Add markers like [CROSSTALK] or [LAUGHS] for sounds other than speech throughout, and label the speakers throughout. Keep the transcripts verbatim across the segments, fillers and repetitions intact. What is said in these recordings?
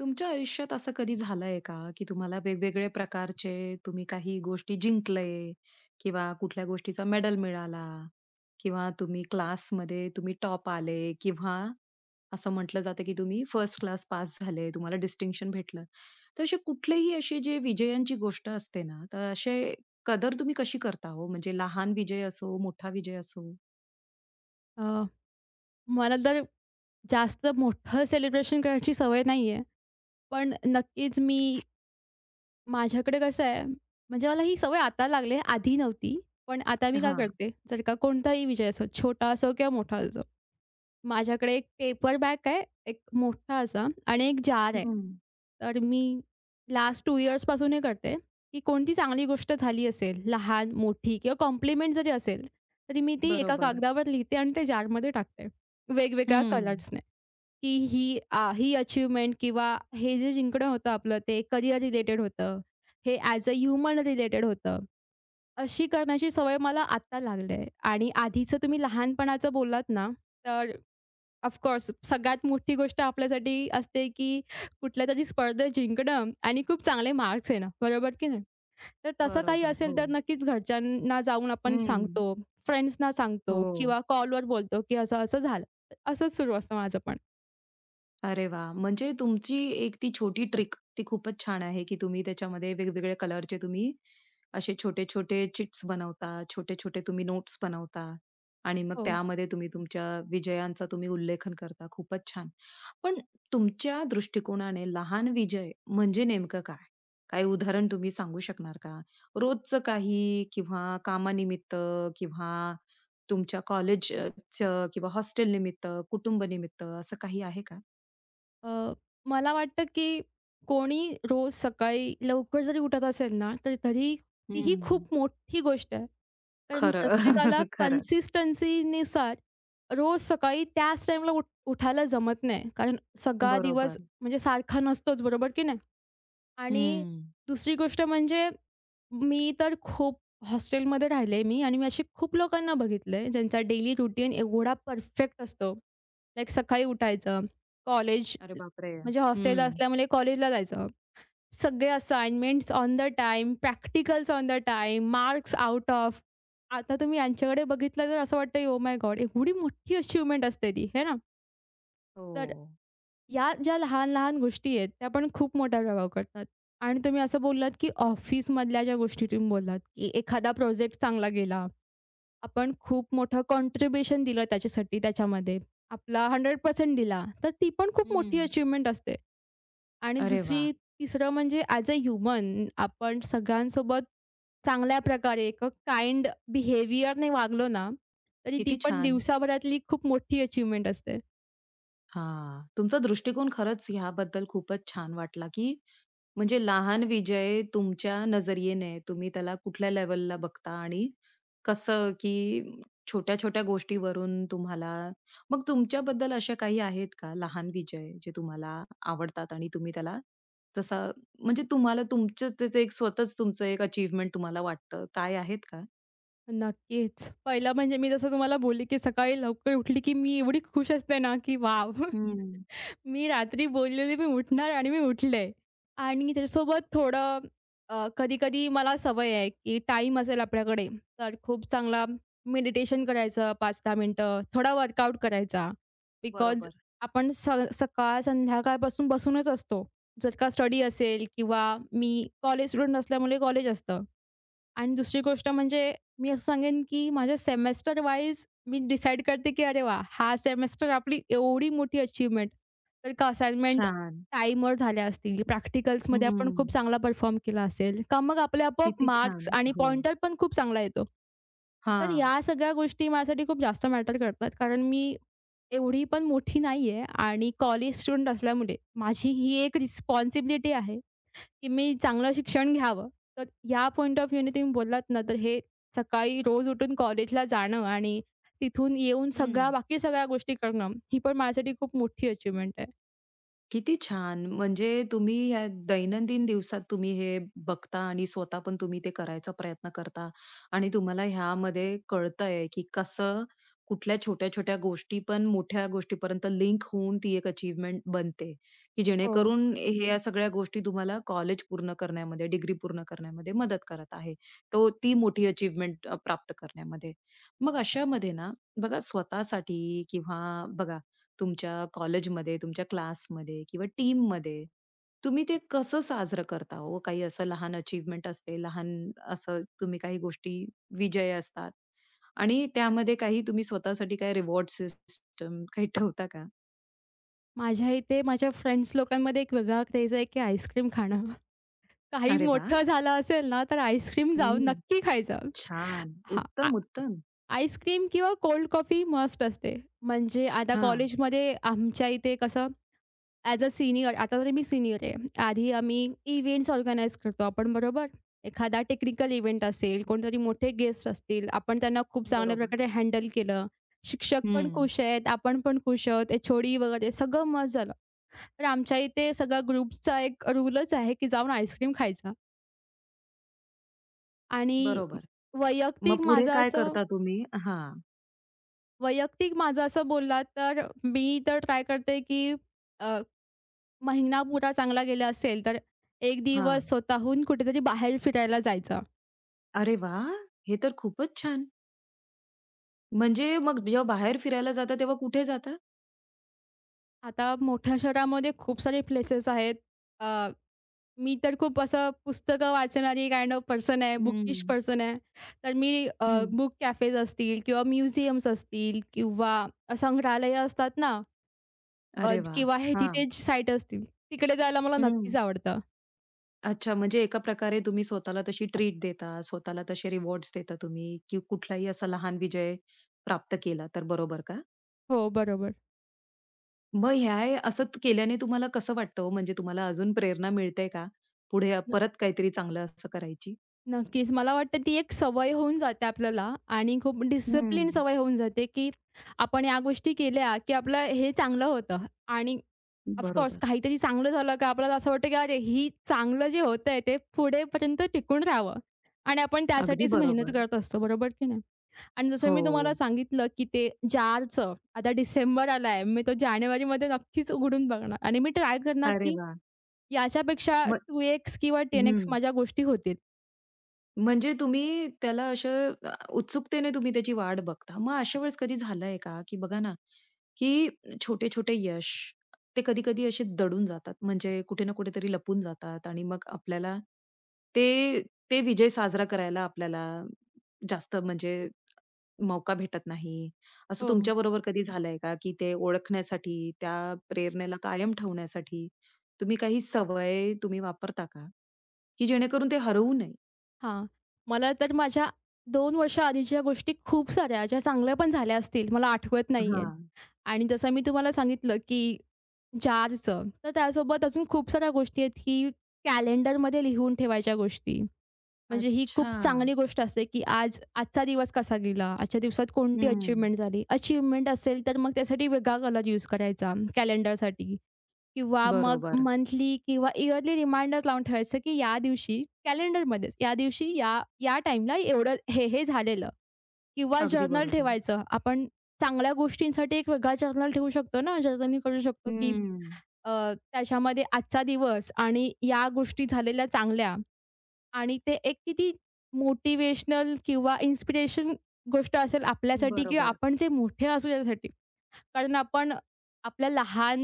Speaker 1: तुमच्या आयुष्यात असं कधी झालंय का, की तुम्हाला वेगवेगळे प्रकारचे तुम्ही काही गोष्टी जिंकले किंवा कुठल्या गोष्टीचा मेडल मिळाला किंवा तुम्ही क्लासमध्ये तुम्ही टॉप आले किंवा असं म्हटलं जातं, की तुम्ही फर्स्ट क्लास पास झाले, तुम्हाला डिस्टिंक्शन भेटलं. तर असे कुठलेही असे जे विजयांची गोष्ट असते ना, तर असे कदर तुम्ही कशी करता हो? म्हणजे लहान विजय असो, मोठा विजय असो?
Speaker 2: अ, मला तर जास्त मोठं सेलिब्रेशन करायची सवय नाही आहे. पण नक्कीच मी माझ्याकडे कसं आहे, म्हणजे मला ही सवय आता लागली आहे, आधी नव्हती. पण आता मी काय
Speaker 1: हां.
Speaker 2: करते, जर का कोणताही विजय असो, छोटा असो किंवा मोठा असो, माझ्याकडे एक पेपर बॅग आहे, एक मोठा असा आणि एक जार आहे.
Speaker 1: हं.
Speaker 2: तर मी लास्ट दोन इयर्सपासून हे करते, की कोणती चांगली गोष्ट झाली असेल, लहान, मोठी किंवा कॉम्प्लिमेंट जरी असेल, तरी मी ती एका
Speaker 1: बरोबर.
Speaker 2: कागदावर लिहिते आणि ते जारमध्ये टाकते, वेगवेगळ्या
Speaker 1: हं.
Speaker 2: कलर्सने. की ही आ, ही अचीव्हमेंट किंवा हे जे जिंकणं होतं आपलं ते करिअर रिलेटेड होतं. हे ॲज अ ह्युमन रिलेटेड होतं. अशी करण्याची सवय मला आत्ता लागली आहे आणि आधीचं तुम्ही लहानपणाचं बोललात ना, तर ऑफकोर्स सगळ्यात मोठी गोष्ट आपल्यासाठी असते की कुठल्यातरी स्पर्धेत जिंकणं आणि खूप चांगले मार्क्स येणं, बरोबर की नाही? तर तसं काही
Speaker 1: बरोबर.
Speaker 2: असेल
Speaker 1: हो.
Speaker 2: तर नक्कीच घरच्यांना जाऊन आपण
Speaker 1: हं.
Speaker 2: सांगतो, फ्रेंड्सना सांगतो
Speaker 1: हो.
Speaker 2: किंवा कॉलवर बोलतो की असं-असं झालं. असंच सुरू असतं माझं पण.
Speaker 1: अरे वा, म्हणजे तुमची एक ती छोटी ट्रिक ती खूपच छान आहे, की तुम्ही त्याच्यामध्ये वेगवेगळ्या कलरचे तुम्ही असे छोटे-छोटे चिट्स बनवता, छोटे-छोटे तुम्ही नोट्स बनवता आणि मग
Speaker 2: हो.
Speaker 1: त्यामध्ये तुम्ही तुमच्या विजयांचा तुम्ही उल्लेखन करता. खूपच छान. पण तुमच्या दृष्टिकोनाने लहान विजय म्हणजे नेमकं काय? काही उदाहरण तुम्ही सांगू शकणार का? रोजचं काही किंवा कामानिमित्त किंवा तुमच्या कॉलेजचं किंवा हॉस्टेल निमित्त, कुटुंबनिमित्त असं काही आहे का?
Speaker 2: अ, मला वाटतं की कोणी रोज सकाळी लवकर जरी उठत असेल ना, तर तरी
Speaker 1: हं.
Speaker 2: तीही खूप मोठी गोष्ट आहे. कारण
Speaker 1: खरं.
Speaker 2: प्रत्येकाला
Speaker 1: [LAUGHS] खरं.
Speaker 2: कन्सिस्टन्सीनुसार रोज सकाळी त्याच टाईमला उठ उठायला जमत नाही. कारण सगळा
Speaker 1: बरोबर.
Speaker 2: दिवस म्हणजे सारखा नसतोच, बरोबर की नाही? आणि
Speaker 1: हं.
Speaker 2: दुसरी गोष्ट म्हणजे मी तर खूप हॉस्टेलमध्ये राहिले मी आणि मी अशी खूप लोकांना बघितलंय ज्यांचा डेली रुटीन एवढा परफेक्ट असतो. लाइक सकाळी उठायचं, कॉलेज
Speaker 1: अरे बापरे!
Speaker 2: म्हणजे हॉस्टेलला
Speaker 1: हं.
Speaker 2: असल्यामुळे कॉलेजला जायचं. सगळे assignments on the time, practicals on the time, marks out of. आता तुम्ही यांच्याकडे बघितलं तर असं वाटतं, "ओह माय गॉड!" एवढी मोठी अचिव्हमेंट असते ती, हे ना?
Speaker 1: हो.
Speaker 2: तर या ज्या लहान-लहान गोष्टी आहेत, त्या पण खूप मोठा प्रभाव करतात. आणि तुम्ही असं बोललात, की ऑफिसमधल्या ज्या गोष्टी तुम्ही बोललात, की एखादा प्रोजेक्ट चांगला गेला. आपण खूप मोठं कॉन्ट्रिब्युशन दिलं त्याच्यासाठी त्याच्यामध्ये. आपला शंभर टक्के दिला, तर ती पण खूप मोठी
Speaker 1: हं.
Speaker 2: अचीव्हमेंट असते. आणि
Speaker 1: अरे वा,
Speaker 2: दुसरी तिसरं म्हणजे ॲज अ ह्युमन आपण सगळ्यांसोबत चांगल्या प्रकारे एक काइंड बिहेवियरने वागलो ना, तरी ती
Speaker 1: किती
Speaker 2: पण
Speaker 1: छान.
Speaker 2: दिवसाभरातली खूप मोठी अचीव्हमेंट असते.
Speaker 1: हां. तुमचा दृष्टिकोन खरंच ह्याबद्दल खूपच छान वाटला, की म्हणजे लहान विजय तुमच्या नजरेने तुम्ही त्याला कुठल्या लेव्हलला बघता आणि कसं, की छोट्या-छोट्या गोष्टीवरून तुम्हाला मग तुमच्याबद्दल अशा काही आहेत का लहान विजय जे तुम्हाला आवडतात आणि तुम्ही त्याला जसा म्हणजे तुम्हाला तुमचं त्याचं एक स्वतःच तुमचं एक अचीव्हमेंट तुम्हाला वाटतं, काय आहेत का?
Speaker 2: नक्कीच. पहिलं म्हणजे मी जसं तुम्हाला बोलली, की सकाळी लवकर उठली, की मी एवढी खुश असते ना, की वाव
Speaker 1: हं.
Speaker 2: [LAUGHS] मी रात्री बोललेली मी उठणार आणि मी उठले. आणि त्याच्यासोबत थोडं अ, कधी-कधी मला सवय आहे, की टाईम असेल आपल्याकडे, तर खूप चांगला मेडिटेशन करायचं पाच ते दहा मिनिटं, थोडा वर्कआउट करायचा. बिकॉज
Speaker 1: बरोबर.
Speaker 2: आपण स सकाळ संध्याकाळपासून बसूनच असतो. जर का स्टडी असेल किंवा मी कॉलेज स्टुडंट असल्यामुळे कॉलेज असतं. आणि दुसरी गोष्ट म्हणजे मी असं सांगेन, की माझ्या सेमेस्टर वाईज मी डिसाईड करते, की अरे वाह! हा सेमेस्टर आपली एवढी मोठी अचीव्हमेंट. तर का असाइनमेंट
Speaker 1: छान.
Speaker 2: टाईमवर झाल्या असतील, प्रॅक्टिकल्समध्ये आपण
Speaker 1: हं.
Speaker 2: खूप चांगला परफॉर्म केला असेल, का मग आपले आपोआप
Speaker 1: किती छान.
Speaker 2: मार्क्स आणि
Speaker 1: हो.
Speaker 2: पॉइंटर पण खूप चांगला येतो. तर
Speaker 1: हां.
Speaker 2: या सगळ्या गोष्टी माझ्यासाठी खूप जास्त मॅटर करतात. कारण मी एवढी पण मोठी नाहीये आणि कॉलेज स्टुडंट असल्यामुळे माझी ही एक रिस्पॉन्सिबिलिटी आहे. की मी चांगलं शिक्षण घ्यावं. तर ह्या पॉइंट ऑफ व्ह्यूने तुम्ही बोललात ना, तर हे सकाळी रोज उठून कॉलेजला जाणं आणि तिथून येऊन सगळ्या
Speaker 1: हं.
Speaker 2: बाकी सगळ्या गोष्टी करणं, ही पण माझ्यासाठी खूप मोठी अचीव्हमेंट आहे.
Speaker 1: किती छान! म्हणजे तुम्ही या दैनंदिन दिवसात तुम्ही हे बघता आणि स्वतः पण तुम्ही ते करायचा प्रयत्न करता आणि तुम्हाला ह्यामध्ये कळतंय, की कसं कुठल्या छोट्या-छोट्या गोष्टी पण मोठ्या गोष्टीपर्यंत लिंक होऊन ती एक अचीव्हमेंट बनते, की
Speaker 2: हो.
Speaker 1: जेणेकरून ह्या सगळ्या गोष्टी तुम्हाला कॉलेज पूर्ण करण्यामध्ये, डिग्री पूर्ण करण्यामध्ये मदत करत आहे. तो ती मोठी अचीव्हमेंट प्राप्त करण्यामध्ये. मग अशामध्ये ना, बघा स्वतःसाठी किंवा बघा तुमच्या कॉलेजमध्ये, तुमच्या क्लासमध्ये किंवा टीममध्ये तुम्ही ते कसं साजरं करता हो? काही असं लहान अचीव्हमेंट असते, लहान असं तुम्ही काही गोष्टी विजय असतात आणि त्यामध्ये काही तुम्ही स्वतःसाठी काही रिवॉर्ड सिस्टम काही ठेवता का?
Speaker 2: माझ्या इथे माझ्या फ्रेंड्स लोकांमध्ये एक वेगळा क्रेज आहे, की आईस्क्रीम खाणं. [LAUGHS] काही
Speaker 1: अरे वाह!
Speaker 2: मोठं झालं असेल ना, तर आईस्क्रीम जाऊन
Speaker 1: हं.
Speaker 2: नक्की खायचं.
Speaker 1: छान.
Speaker 2: हां, आ
Speaker 1: उत्तम, उत्तम.
Speaker 2: आईस्क्रीम किंवा कोल्ड कॉफी मस्ट असते. म्हणजे आता
Speaker 1: हां,
Speaker 2: कॉलेजमध्ये आमच्या इथे कसं ॲज अ सीनियर आता तरी मी सीनियर आहे. आधी आम्ही इव्हेंट्स ऑर्गनाइज करतो आपण बरोबर? एखादा टेक्निकल इव्हेंट असेल, कोणतरी मोठे गेस्ट असतील, आपण त्यांना खूप चांगल्या
Speaker 1: बरोबर.
Speaker 2: प्रकारे हँडल केलं. शिक्षक पण
Speaker 1: हं,
Speaker 2: खुश आहेत, आपण पण खुश आहोत, एच-ओ-डी वगैरे सगळं मस्त झालं. तर आमच्या इथे सगळा ग्रुपचा एक रूलच आहे, की जाऊन आईस्क्रीम खायचा आणि
Speaker 1: बरोबर. मग
Speaker 2: वैयक्तिक
Speaker 1: पुढे
Speaker 2: माझं
Speaker 1: काय
Speaker 2: असं
Speaker 1: करता तुम्ही? हां,
Speaker 2: वैयक्तिक माझं असं बोललात तर मी तर ट्राय करते, की महिना पुरा चांगला गेला असेल, तर एक दिवस
Speaker 1: हां.
Speaker 2: स्वतःहून कुठेतरी बाहेर फिरायला जायचं.
Speaker 1: अरे वाह! हे तर खूपच छान. म्हणजे मग जेव्हा बाहेर फिरायला जाता तेव्हा कुठे जाता?
Speaker 2: आता मोठ्या शहरामध्ये खूप सारे प्लेसेस आहेत. अ, मी तर खूप असं पुस्तकं वाचणारी काइंड ऑफ पर्सन आहे, बुकिश
Speaker 1: हं,
Speaker 2: पर्सन आहे. तर मी
Speaker 1: हं.
Speaker 2: बुक कॅफेज असतील किंवा म्युझियम्स असतील किंवा संग्रहालय असतात ना अ,
Speaker 1: अरे वाह!
Speaker 2: किंवा
Speaker 1: हां.
Speaker 2: हेरिटेज साईट असतील, तिकडे जायला मला नक्कीच
Speaker 1: हं.
Speaker 2: आवडतं.
Speaker 1: अच्छा, म्हणजे एका प्रकारे तुम्ही स्वतःला तशी ट्रीट देता, स्वतःला तसे रिवॉर्ड्स देता तुम्ही, की कुठलाही असा लहान विजय प्राप्त केला तर, बरोबर का?
Speaker 2: हो, बरोबर.
Speaker 1: मग ह्या असं त- केल्याने तुम्हाला कसं वाटतं हो? म्हणजे तुम्हाला अजून प्रेरणा मिळते का? पुढे अ, परत काहीतरी चांगलं असं करायची?
Speaker 2: नक्कीच. मला वाटतं ती एक सवय होऊन जाते आपल्याला आणि खूप
Speaker 1: हं.
Speaker 2: डिसिप्लिन सवय होऊन जाते, की आपण या गोष्टी केल्या, की आपलं हे चांगलं होतं आणि ऑफकोर्स
Speaker 1: बरोबर.
Speaker 2: काहीतरी चांगलं झालं का आपल्याला असं वाटतं, की अरे ही चांगलं जे होतंय ते पुढेपर्यंत टिकून राहावं आणि आपण
Speaker 1: अगदी
Speaker 2: त्यासाठीच मेहनत
Speaker 1: बरोबर.
Speaker 2: करत असतो. बरोबर की नाही? आणि जसं मी तुम्हाला
Speaker 1: हो.
Speaker 2: सांगितलं, की ते जारचं आता डिसेंबर आलाय. मी तो जानेवारीमध्ये नक्कीच उघडून बघणार आणि मी ट्राय करणार,
Speaker 1: अरे
Speaker 2: की
Speaker 1: वाह!
Speaker 2: याच्यापेक्षा
Speaker 1: मग
Speaker 2: टू एक्स किंवा टेन एक्स
Speaker 1: हं.
Speaker 2: माझ्या गोष्टी होतील.
Speaker 1: म्हणजे तुम्ही त्याला असं अ, उत्सुकतेने तुम्ही त्याची वाट बघता. मग अशा वेळेस कधी झालंय का, की बघा ना, की छोटे-छोटे यश ते कधी-कधी असे दडून जातात. म्हणजे कुठे ना कुठेतरी लपून जातात आणि मग आपल्याला ते ते विजय साजरा करायला आपल्याला जास्त म्हणजे मौका भेटत नाही. असं
Speaker 2: हो.
Speaker 1: तुमच्याबरोबर कधी झालंय का, की ते ओळखण्यासाठी, त्या प्रेरणेला कायम ठेवण्यासाठी तुम्ही काही सवय तुम्ही वापरता का, की जेणेकरून ते हरवू नये?
Speaker 2: हां. मला तर माझ्या दोन वर्षाआधीच्या गोष्टी खूप साऱ्या ज्या चांगल्या पण झाल्या असतील, मला आठवत नाहीयेत.
Speaker 1: हां.
Speaker 2: आणि जसं मी तुम्हाला सांगितलं, की जारचं, तर त्यासोबत अजून खूप साऱ्या गोष्टी आहेत, की कॅलेंडरमध्ये लिहून ठेवायच्या गोष्टी. म्हणजे ही खूप
Speaker 1: अच्छा.
Speaker 2: चांगली गोष्ट असते, की आज आजचा दिवस कसा गेला? आजच्या दिवसात कोणती
Speaker 1: हं.
Speaker 2: अचीव्हमेंट झाली? अचीव्हमेंट असेल तर मग त्यासाठी वेगळा कलर यूज करायचा कॅलेंडरसाठी. किंवा मग
Speaker 1: बरोबर.
Speaker 2: मंथली किंवा इयरली रिमाइंडर लावून ठेवायचं, की या दिवशी कॅलेंडरमध्येच या दिवशी या, या टाईमला एवढं हे, हे झालेलं किंवा
Speaker 1: अगदी
Speaker 2: जर्नल
Speaker 1: बरोबर.
Speaker 2: ठेवायचं. आपण चांगल्या गोष्टींसाठी एक वेगळा जर्नल ठेवू शकतो ना, जर्नलिंग करू शकतो, की
Speaker 1: हं.
Speaker 2: अ, त्याच्यामध्ये आजचा दिवस आणि या गोष्टी झालेल्या चांगल्या आणि ते एक किती मोटिव्हेशनल किंवा इन्स्पिरेशन गोष्ट असेल आपल्यासाठी किंवा
Speaker 1: बरोबर,
Speaker 2: आपण जे मोठे असू त्यासाठी. कारण आपण आपल्या लहान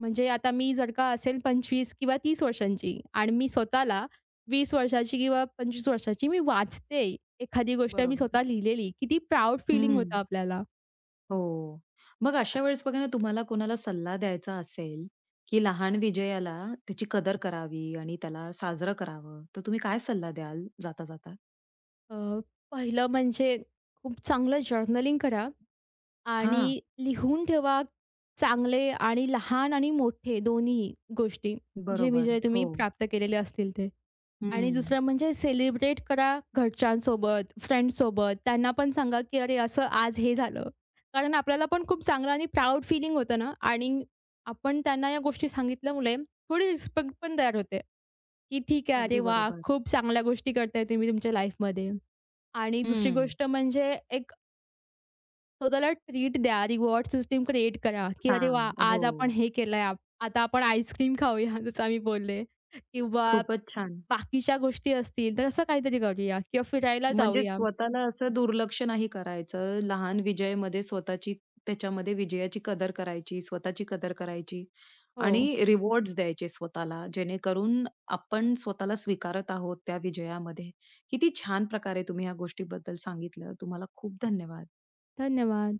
Speaker 2: म्हणजे आता मी जर का असेल पंचवीस किंवा तीस वर्षांची आणि मी स्वतःला वीस वर्षाची किंवा पंचवीस वर्षाची मी वाचते एखादी गोष्ट मी
Speaker 1: बरोबर.
Speaker 2: स्वतः लिहिलेली. किती प्राउड फीलिंग
Speaker 1: हं.
Speaker 2: होतं आपल्याला.
Speaker 1: हो. मग अशा वेळेस बघा ना, तुम्हाला कोणाला सल्ला द्यायचा असेल, की लहान विजयाला त्याची कदर करावी आणि त्याला साजरं करावं, तर तुम्ही काय सल्ला द्याल जाता-जाता?
Speaker 2: अ, पहिलं म्हणजे खूप चांगलं जर्नलिंग करा
Speaker 1: हां.
Speaker 2: आणि लिहून ठेवा चांगले आणि लहान आणि मोठे दोन्ही गोष्टी, जे
Speaker 1: बरोबर.
Speaker 2: विजय
Speaker 1: हो.
Speaker 2: तुम्ही प्राप्त केलेले असतील ते. आणि
Speaker 1: हं.
Speaker 2: दुसरं म्हणजे सेलिब्रेट करा घरच्यांसोबत, फ्रेंड्ससोबत. त्यांना पण सांगा, की "अरे, असं आज हे झालं." कारण आपल्याला पण खूप चांगलं आणि प्राउड फीलिंग होतं ना आणि आपण त्यांना या गोष्टी सांगितल्यामुळे थोडी रिस्पेक्ट पण तयार होते, की "ठीक आहे, अरे
Speaker 1: अगदी
Speaker 2: वाह!
Speaker 1: बरोबर.
Speaker 2: खूप चांगल्या गोष्टी करताय तुम्ही तुमच्या लाईफमध्ये." आणि दुसरी
Speaker 1: हं.
Speaker 2: गोष्ट म्हणजे एक स्वतःला ट्रीट द्या, रिवॉर्ड सिस्टम क्रिएट करा, की "अरे
Speaker 1: छान.
Speaker 2: वाह!
Speaker 1: हो.
Speaker 2: आज आपण हे केलंय, आप आता आपण आईस्क्रीम खाऊया," जसं आम्ही बोलले किंवा
Speaker 1: खूपच छान.
Speaker 2: बाकीच्या गोष्टी असतील, तर असं काहीतरी करूया किंवा फिरायला
Speaker 1: म्हणजे
Speaker 2: जाऊया.
Speaker 1: स्वतःला असं दुर्लक्ष नाही करायचं. लहान विजयमध्ये स्वतःची त्याच्यामध्ये विजयाची कदर करायची, स्वतःची कदर करायची
Speaker 2: हो,
Speaker 1: आणि रिवॉर्ड्स द्यायचे स्वतःला, जेणेकरून आपण स्वतःला स्वीकारत आहोत त्या विजयामध्ये. किती छान प्रकारे तुम्ही ह्या गोष्टीबद्दल सांगितलं. तुम्हाला खूप धन्यवाद.
Speaker 2: धन्यवाद.